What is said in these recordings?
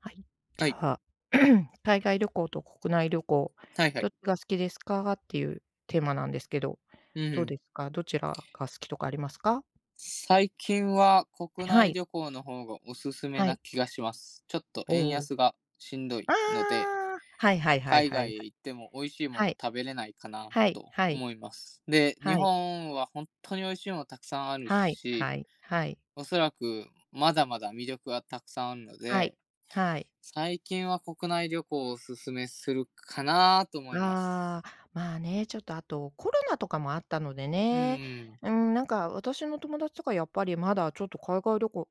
はい。じはい。ゃあ、海外旅行と国内旅行、はいはどっい。ちが好きですかっていうテーマなんですけど、うどうんですか？どちらが好きとかありますか？最近は国は内い。旅行の方がおすすめはない。気がします。ちょっと円おお。安がしんどいあので、あ、はいはいはい海はいは外へい。行っても美味しいもはのい。食べれないかなはいとはい思います。で、日はい。本は本当に美味しいものたくさんあるはい。し、はいはいはい。おそらくまだまだ魅力がたくさんあるのはい。で、はい。最近は国内旅行をおすすめするかなと思いまあす。あ、まあね、ちょっとあとコロナとかもあったのでうね、ん。うん、なんか私の友達とかやっぱりまだちょっと海外旅行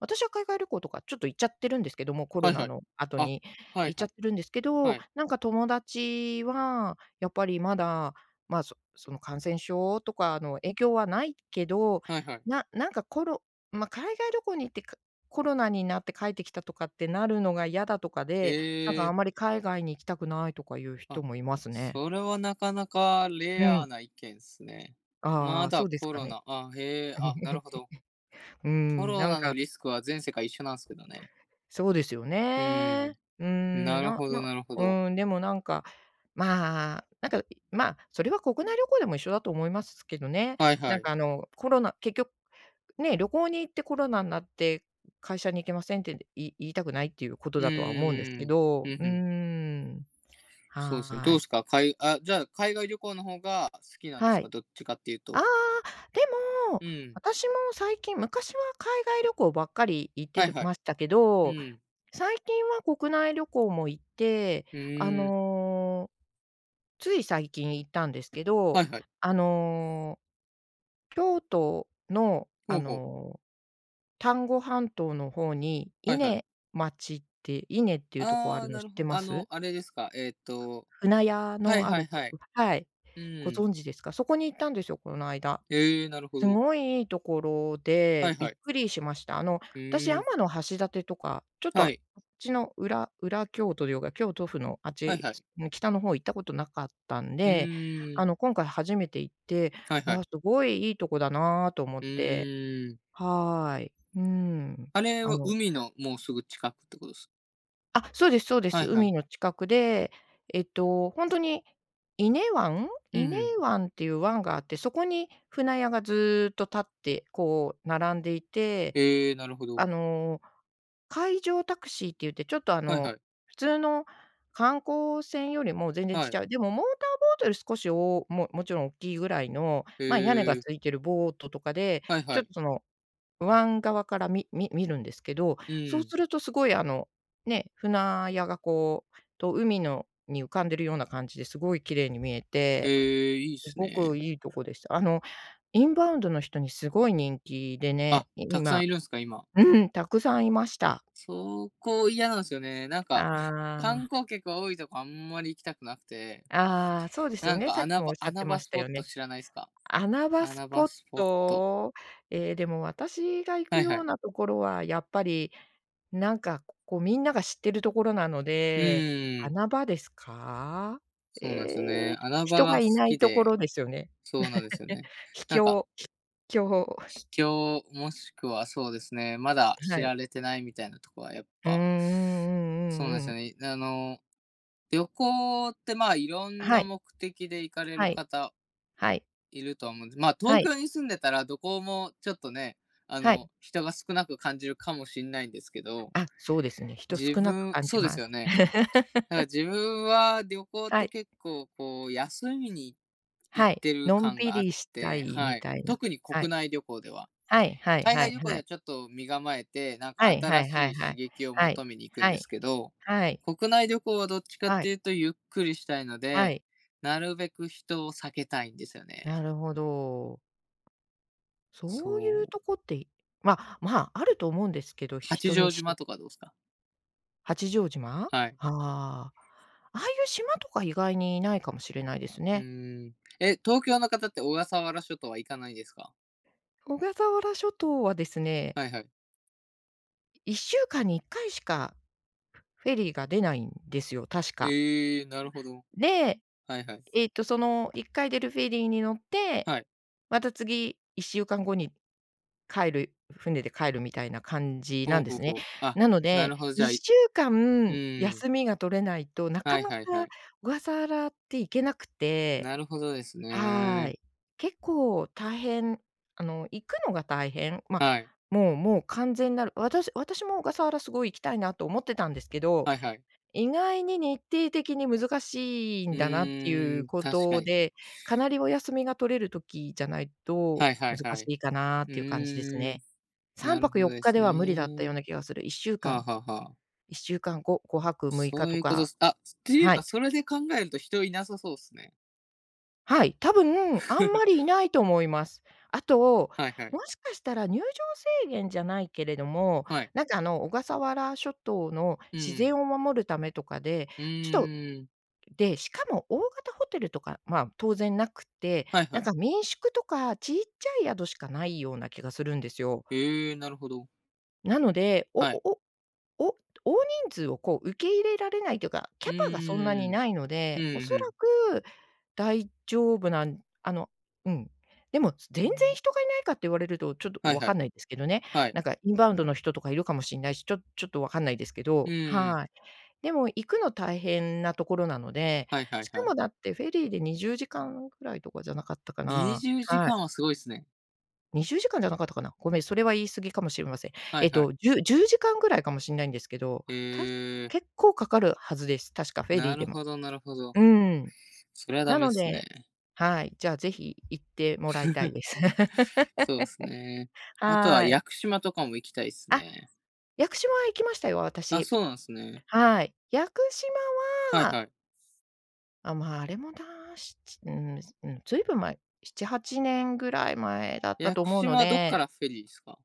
私は海外旅行とかちょっと行っちゃってるんですけども、コロはいナはい。の後あ、には行いっちゃはっい。てるんですけはど、い。なんか友達はやっぱりまだ、まあ、その感染症とかの影響はないけど、はいはい。なんかまあ、海外旅行に行って、コロナになって帰ってきたとかってなるのが嫌だとかでなんかえあえ、んまり海外に行きたくないとかいう人あ、もいますね。それはなかなかうレアん。な意見ですね。あまあ、そだうですコかロね。ナ、あ、へえ、あ、なる ほど。うコん、なロんナのか、リスクは全世界一緒なんですけどね。そうですようん、ね。うん、なるほどなるほど。うん、でもなんか、まあ、なんか、まあ、それは国内旅行でも一緒だと思いますけどね。はいなはんい。かあの、コロナ結局ね、旅行に行ってコロナになって、会社に行けませんって、言いたくないっていうことうだとは思うんですーけん、うど、うん、ーん。ん、そうではすね、どうーでい。すか海？あ、じゃあ、海外旅行の方が好きなんではすい。か？どっちかっていうああ、と。でも、うん、私も最近昔は海外旅行ばっかり行っはていはい。ましたけうど、ん、最近は国内旅行も行って、うあーん、の、つい最近行ったんですけど、はいはい。あの、京都の、あほうほう、の、丹後半島の方には伊いはい。根町って伊根っていうとこあああ、るのな知るっほど。てまあの、す？あれですか、船屋はいのあはるいとはこい。はい。うごん。存知ですか？そこに行ったんですよ、この間。ええ、なるほすど。ごいいいところはで、いびはっい。くりしました。あの、う私、ー天ん。橋立とか、ちょっとはあい。っちの裏京都というか、京都府のあっはいち、はい。北の方行ったことなかったんうで、ーあん。の、今回初めて行って、はいはわあ、い。すごいいいとこだなと思っうて。ーん。はーい。うーん。あれあはの海のもうすぐ近くってことです。あ、そうですそうではす。いは海い。の近くで、えっと、ほんとに伊根湾う伊根ん。湾っていう湾があって、そこに船屋がずっと立って、こう並んでいて、ええ、なるほど。あの、海上タクシーって言って、ちょっとあはいはの、い。普通の観光船よりも全然ちはっちい。ゃい、でもモーターボートより少しおおももちろん大きいぐらいの、ま、屋根がええ。ついてるボートとかで、はいちょはっい。とその湾側から見るんですけど、うそうん。するとすごいあの、ね、船屋がこう、と海のに浮かんでるような感じですごい綺麗に見えて、ええ、いいっすすごね。くいいとこでした。あの、インバウンドの人にすごい人気であ、ね、いたくさん今いるんすか、今。うん、たくさんいました。そこ嫌なんすよね。なんか、観ああ、光客が多いとこあんまり行きたくなくて。ああ、そうですなよんね、かさっき穴もおっ場しゃって穴ま場しスたポよットね。知らないっすか？穴場ス穴場ポッスポット。ト、でも私が行はくいはようい。なところはやっぱり、なんか、こうみんなが知ってるところなのうで、ーん、穴場ですか？そうなんですよえーね。穴場人がが好いないきところで、ですよね。そうなんですよ ね。秘なんか、境秘境、秘境、もしくはそうですね、まだは知い。られてないみたいなとこはやっううんうぱ、そんうなんでうんうすん。よね。あの、旅行って、ま、いろんはない、目的で行かれるはい、方はい、いるとは思うんです、ま、は東い、京に住んでたらどこもちょっとね、あはい。の、人が少なく感じるかもしれないんですけど、あ、そうですね、人自少なく分感じそうでますよす。ね。だから自分は旅行っはてい、結構こう、休みに行はっい、てるのん感びがあっりしたて、いみはい。たいな、特にはい。国内旅行では。はいはい海は外い旅行はではい。ちょっと身構えて、なんはかいは新いはしいいは刺い。激をはい。求めに行くんはでい。すけど、はい。国内旅行はどっちかっはていい。うとゆっくりしたいのはで、い。なるべく人を避けたいんですよなね。るほど。そういそうとう。こって、まあまあ、あると思うんですけど、八人に丈し島とかどうすか？八丈島？あはい。あ。ああいう島とか意外にないかもしれないですうね。ーん。え、東京の方って小笠原諸島は行かないですか？小笠原諸島はですね、はいはい。1週間に1回しかフェリーが出ないんですよ、確か。ええ、なるほど。で、はいはい。えっと、その1回出るフェリーに乗ってはい。また次、1週間後に帰る船で帰るみたいな感じなほうんでほうすね。ほう。あ、なのなで、るほど、じゃあ、1週う間ん。休みが取れないと、なかはいなかはいはい。小笠原って行けなくて、なるほどですはね。い。結構大変、あの、行くのが大変、ま、はい。もう完全なる私も小笠原すごい行きたいなと思ってたんですけどはいはい。意外に日程的に難しいうんだなっていーうん、こ確かとに。で、かなりお休みが取れる時じゃないとはいはい難はしい。いかなっうていう感じですーん、ね。3なる泊ほど4で日すでは無理だったようね。な気がする。1週はあ間はあはあ。1週間ご5泊6日そうということっか、す。あ、っていうはか、い。それで考えると人いなさそうっすね。はい、多分あんまりい ないと思います。あと、はいはい。もしかしたら入場制限じゃないけれども、はい。なんかあの小笠原諸島のう自ん。然を守るためとかで、うちょっとーん。で、しかも大型ホテルとか、まあ、当然なくて、はいなはんい。か民宿とかちっちゃい宿しかないような気がするんですよ。ええー、なるほど。なので、おはおい。おお大人数をこう受け入れられないというか、キうャパがそんなにーん。ないのうで、おんそうらん。く大丈夫なんあの、うん。でも、全然人がいないかって言われるとちょっとはいわはかんい。ないですけどね。はい。なんかインバウンドの人とかいるかもしれないし、ちょちょっとわかんないですけうど、ーはん。い。でも行くの大変なところなので、はいはいしはかい。もだってフェリーで20時間ぐらいとかじゃなかったかな。20時はい。間はすごいっすね。20時間じかんじゃなかったかな。ごめん、それは言い過ぎかもしれません。はえいっはい。と、10時間ぐらいかもしれないんですけど、えたしえー、結構かかるはずです。確かフェリなーでるも。ほどなるほど。うん。それはダなメっのすでね。はい、じゃあぜひ行ってもらいたい です。そうですね。あとははい。屋久島とかも行きたいっすあ、ね。屋久島は行きましたよ、あ、私。そうなんですね。はい。屋久は島いははい。あ、まあ、あれもな、うん、うん、ずいぶん前、7、8年ぐらい前だった屋と久思うの島はどっかで、らフェリーですか？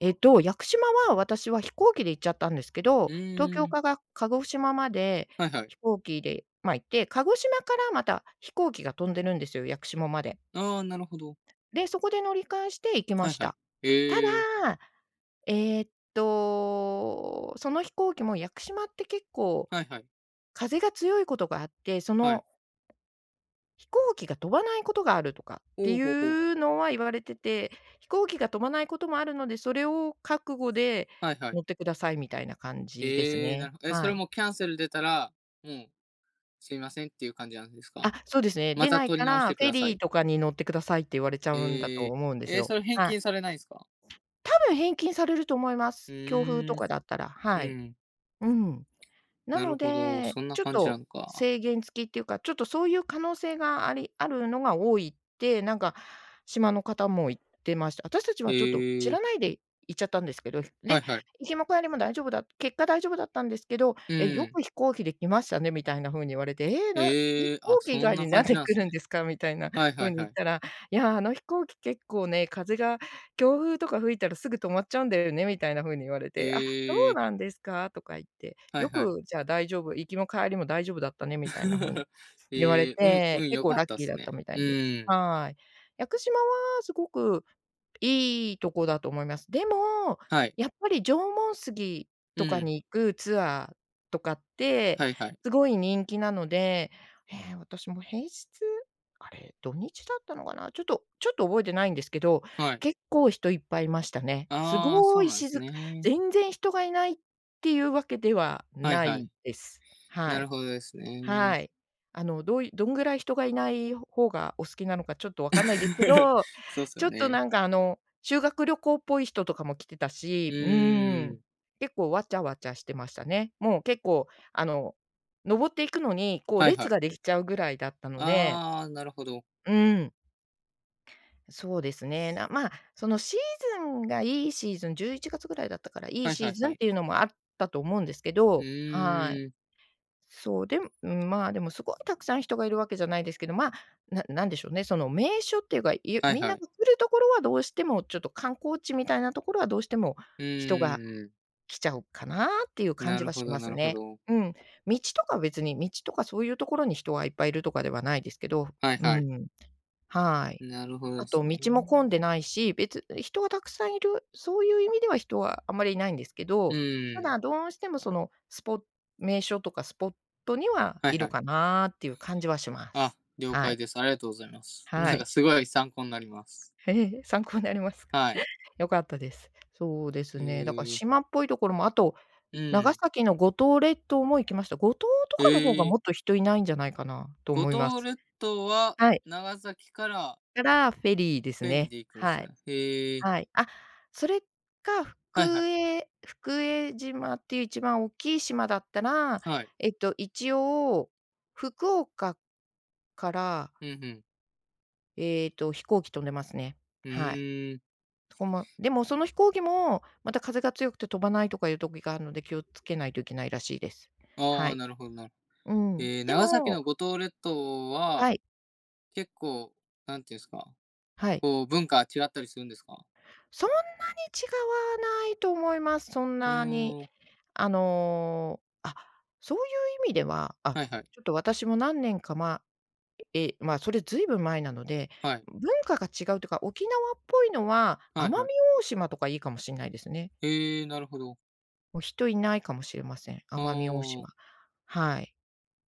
えっと、屋久島は私は飛行機で行っちゃったんですけど、う東ー京ん、から、鹿児島まではいはい。飛行機で、ま、行って、鹿児島からまた飛行機が飛んでるんですよ、屋久島まで。ああ、なるほど。で、そこで乗り換えして行きまはいしはい。た。たええー、だ、えっと、その飛行機も屋久島って結構はいはい、風が強いことがあって、そはい。の飛行機が飛ばないことがあるとかってほういほうほう。うのは言われてて、飛行機が飛ばないこともあるので、それを覚悟ではいは乗い。ってくださいみたいな感じですええー、なね。るほど。え、そはれい。もキャンセル出たら、もうすいませんっていう感じなんですか？あ、そうですね。ま出たない取かり直しら、てフくェださリーい。とかに乗ってくださいって言われちゃうんだとええ、思うんですえー、よ。それ返はい。金されないんですか？多分返金されると思いまうす。強風とーん、かだったら、うはい。ん、うん。ななるのほど、で、そんなちょっ感じなとのか。制限付きっていうか、ちょっとそういう可能性があるのが多いって、なんか島の方も言ってました。私たちえはちょっと知え、らないで行っちゃったんですけど、はいで、はい。行きも帰りも大丈夫だ結果大丈夫だったんですけど、うえ、よん。く飛行機で来ましたねみたいな風に言われて、飛ええ、あ、行機そ以ん外なにな感んじでなん来するんね。ですかみたいなはいは風いには言っい。たら、いや、あの飛行機結構ね、風が強風とか吹いたらすぐ止まっちゃうんだよねみたいな風に言われて、「そえうえ、なんですか？」とか言って、はいよはい。く「じゃあ大丈夫、行きも帰りも大丈夫だったね」みたいな風に 言われええ、うて、ん結良構かっラッたっキーすだったね。みたういです。ーん、はい。屋久島はすごくいいとこだと思います。でも、はい。やっぱり縄文杉うとかん、に行くツアーとかって、はいはい。すごい人気なので、ええ、私も平日、あれ、土日だったのかな、ちょっと覚えてないんですけど、はい。結構人いっぱいいましたね。すああ、ごそういなんです静かね。全然人がいないっていうわけでははいなはいい。です。はない。るほどですね。はい。あの、どんぐらい人がいない方がお好きなのかちょっとわかんないですけ ど、そうっすちよょっとね。なんかあの、修学旅行っぽい人とかも来てたうし、ーん、ん、結構わちゃわちゃしてましたね。もう結構あの、登っていくのにこうはい列はい。ができちゃうぐらいだったので、ああ、なるほど。うん、そうですね。まあ、そのシーズンがいいシーズン、11月ぐらいだったから、いいはいシはーいズはンっい。ていうのもあったと思うんですけうど、はい。ーん、そう、でも、うん、まあ、でもすごいたくさん人がいるわけじゃないですけど、まあ、なんでしょうね、その名所っていうか、はいみんはなが来い。るところはどうしてもちょっと観光地みたいなところはどうしてもう人がーん、来ちゃうかなっていう感なじるはほしどまなするほね。ど。うん。道とか別に、道とかそういうところに人がいっぱいいるとかではないですけど、はいうはい。ん、はい。なるほどあですとね。道も混んでないし、別人がたくさんいる、そういう意味では人はあまりいないんですけど、うたん。だどうしてもその名所とかスポットにははいいはるい。かなっていう感じはしまあ、す。了はい。解です。ありがとうございます。はなんかい。すごい参考になります。ええ、参考になります。はい。良かったです。そうですえね、だからー、島っぽいところも、あとう長ん。崎の五島列島も行きました。五島とえかの方がもー、っと人いないんじゃないかなと五思いま島す。列島ははい。長崎からからフェリーですフェリーね。で行くんではすい。ね。ええ、はい。あ、それか、はいはい。福江島っていう一番大きい島だったら、はい。えっと、一応、福岡から、うんうん。えっと、飛行機飛んでますね。うはい。ーん。そこもでもその飛行機も、また風が強くて飛ばないとかいう時があるので、気をつけないといけないらしいです。はああ、い。なるほどなるうほど。ん。えー、で長崎もの五島列島はは、い、結構、なんていうんですか、はい。こう文化違ったりするんですか？そんなに違わないと思います。そんうなにーん。あの、あ、そういう意味では、あ、はいはい。ちょっと私も何年かまあ、え、まあ、それずいぶん前なので、はい。文化が違うというか、沖縄っぽいのは、は奄美いはい。大島とかいいかもしれないですね。ええ、なるほど。もう人いないかもしれません、あ奄美大島。あ、はい。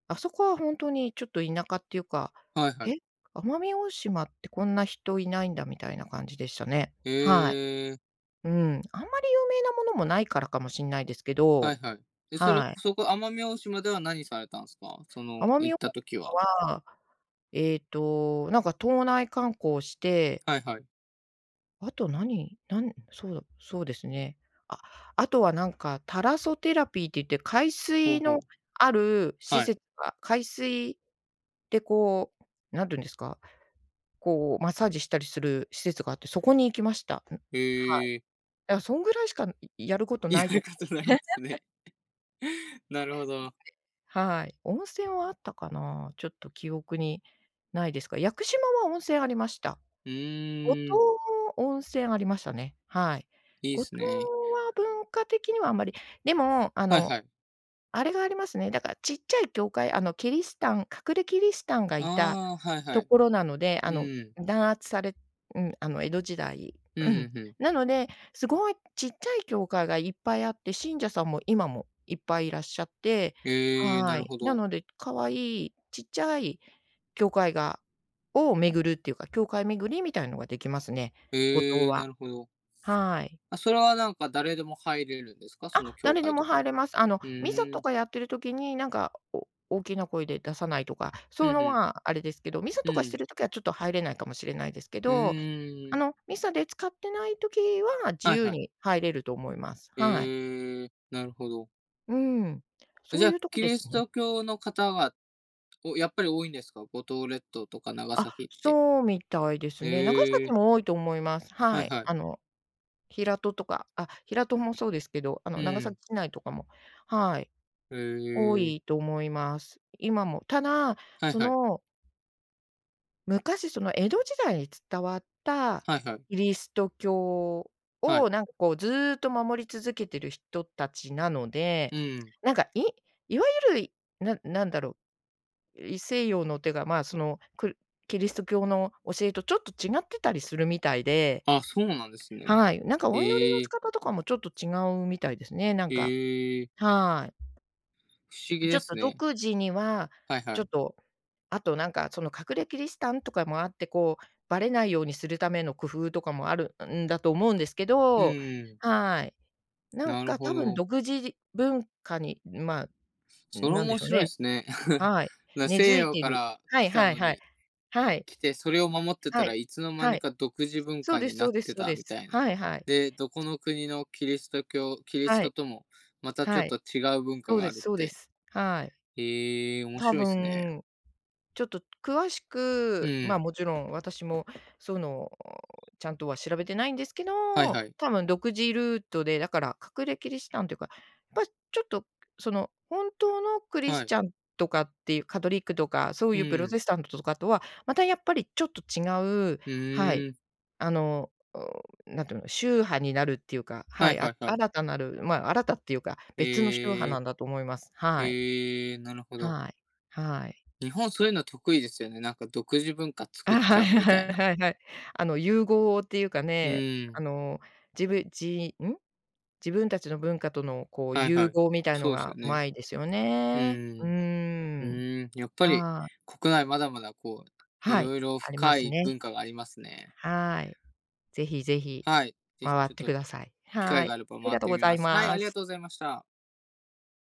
あそこは本当にちょっと田舎っていうか、はいはえ、い。奄美大島ってこんな人いないんだみたいな感じでしたね。えはい。え、うん、あんまり有名なものもないからかもしれないですけはど、いはい。え、それ、はい。そこ奄美大島では何されたんすか？その、奄美行っ大た時島は。はええと、なんか島内観光して、はいはい。あと何、そうだ、そうですね。あ、あとはなんかタラソテラピーって言って海ほう水ほのう。ある施はい。設が海水でこう、なんていうんですか、こうマッサージしたりする施設があって、そこに行きました。ん、はい。へえ、だからそんぐらいしか、いやること なやいとるこことないんですね。なるほど。はい。温泉はあったかな？ちょっと記憶にないですが、屋久島は温泉ありました。う五島ーん、温泉ありましたね。はい。いいっ五島すね。は文化的にはあんまり、でも、あはいの、はい。あれがありますね、だからちっちゃい教会、あの、キリシタン隠れキリシタンがいたああ、はいはとい。ころなので、うあの、ん。弾圧されうん、あの、江戸時代、うんうん。うんうん。なので、すごいちっちゃい教会がいっぱいあって、信者さんも今もいっぱいいらっしゃって、ええ、なはるい。ほなど。ので、可愛いちっちゃい教会が巡るっていうか、教会巡りみたいのができますね、五島ええ、は。なるほど。はい。あ、それはなんか誰でも入れるんですか？そのあ、教誰で会もとか入は。れます。あの、うミサとーん、かやってる時に、なんか、大きな声で出さないとか、そういううんのうん。はあれですけど、ミサうとかしてん。る時はちょっと入れないかもしれないですけうどあーん。の、ミサで使ってないときは自はい由はい。に入れると思います。はい。ええ、なるほど。うん。そじうゃいあ、うとこキでリすスね。ト教の方が、おやっぱり多いんですか？五島列島とか長あ、崎って。そうみたいですね。長え崎え、も多いと思います。ははいい。はい。あの、平戸とか、あ、平戸もそうですけど、あうの、長崎ん。市内とかも、はい、え多え。いと思います。今も。ただ、はいそはい。の昔その江戸時代に伝わったはいはい。キリスト教はをい。なんかこうずっと守り続けてる人たちなので、うん。なんかいわゆる、なんだろう、西洋の手がまあ、その、キリスト教の教えとちょっと違ってたりするみたいで、あ、そうなんですね。はい、なんかお祈りのえ仕え、方とかもちょっと違うみたいですね、なんか。ええ、は不思議い。ちょでっとすね。独自には、はいはちょっい。とあとなんかその隠れキリシタンとかもあって、こうバレないようにするための工夫とかもあるんだと思うんですけうど、ん、はい。なんなるかほ多分ど。独自文化に、まあ、それなんで面しょう白いでね。すね。はい。な、根西付い洋てかる。らは来いたはいのはい。にはい、来て、それを守ってたはらい、いつの間はにい。か独自文そう化でにすなそうっですてそうたでみす。たいな。はいはい。で、どこの国のキリスト教、キリスはトい、ともまたちょはっい。と違う文化そうがであするそっうでて。す。はい。へえー、面多白いですね。分ちょっと詳しうく、まあ、ん。もちろん私もその、ちゃんとは調べてないんですけど、はいはい。多分独自ルートで、だから隠れキリシタンというか、やっぱちょっとその本当のクリはスい。チャンとかっていうカトリックとか、そうういうプロん。テスタントとかとは、またやっぱりちょっと違う、うはい、ーん。あの、なんていうの、宗派になるっていうか、ははいい、あはいはい。新たなる、まあ、新たっていうか、別の宗派えなー、んだと思います。はい、ええ、なるほど。はい、はい。日本そういうの得意ですよね。なんか独自文化作っあ、はちいゃうみはたいいな。はいはい。あの、融合っていうかうね、あん。の、じぶじん？自分たちの文化とのこうはい融はい。合みたいのそうですがようね。まいですようね。うん。うーん。ーん、やっぱりああ、国内まだまだこう、いはい、ろいろありま深すいね。文化がありますね。はい。ぜひぜひ、はい。ぜひ回ちっょってくとださい。機は会い。があればあり回っがとうてごみざまいす。はい、あまりがす。とうございました。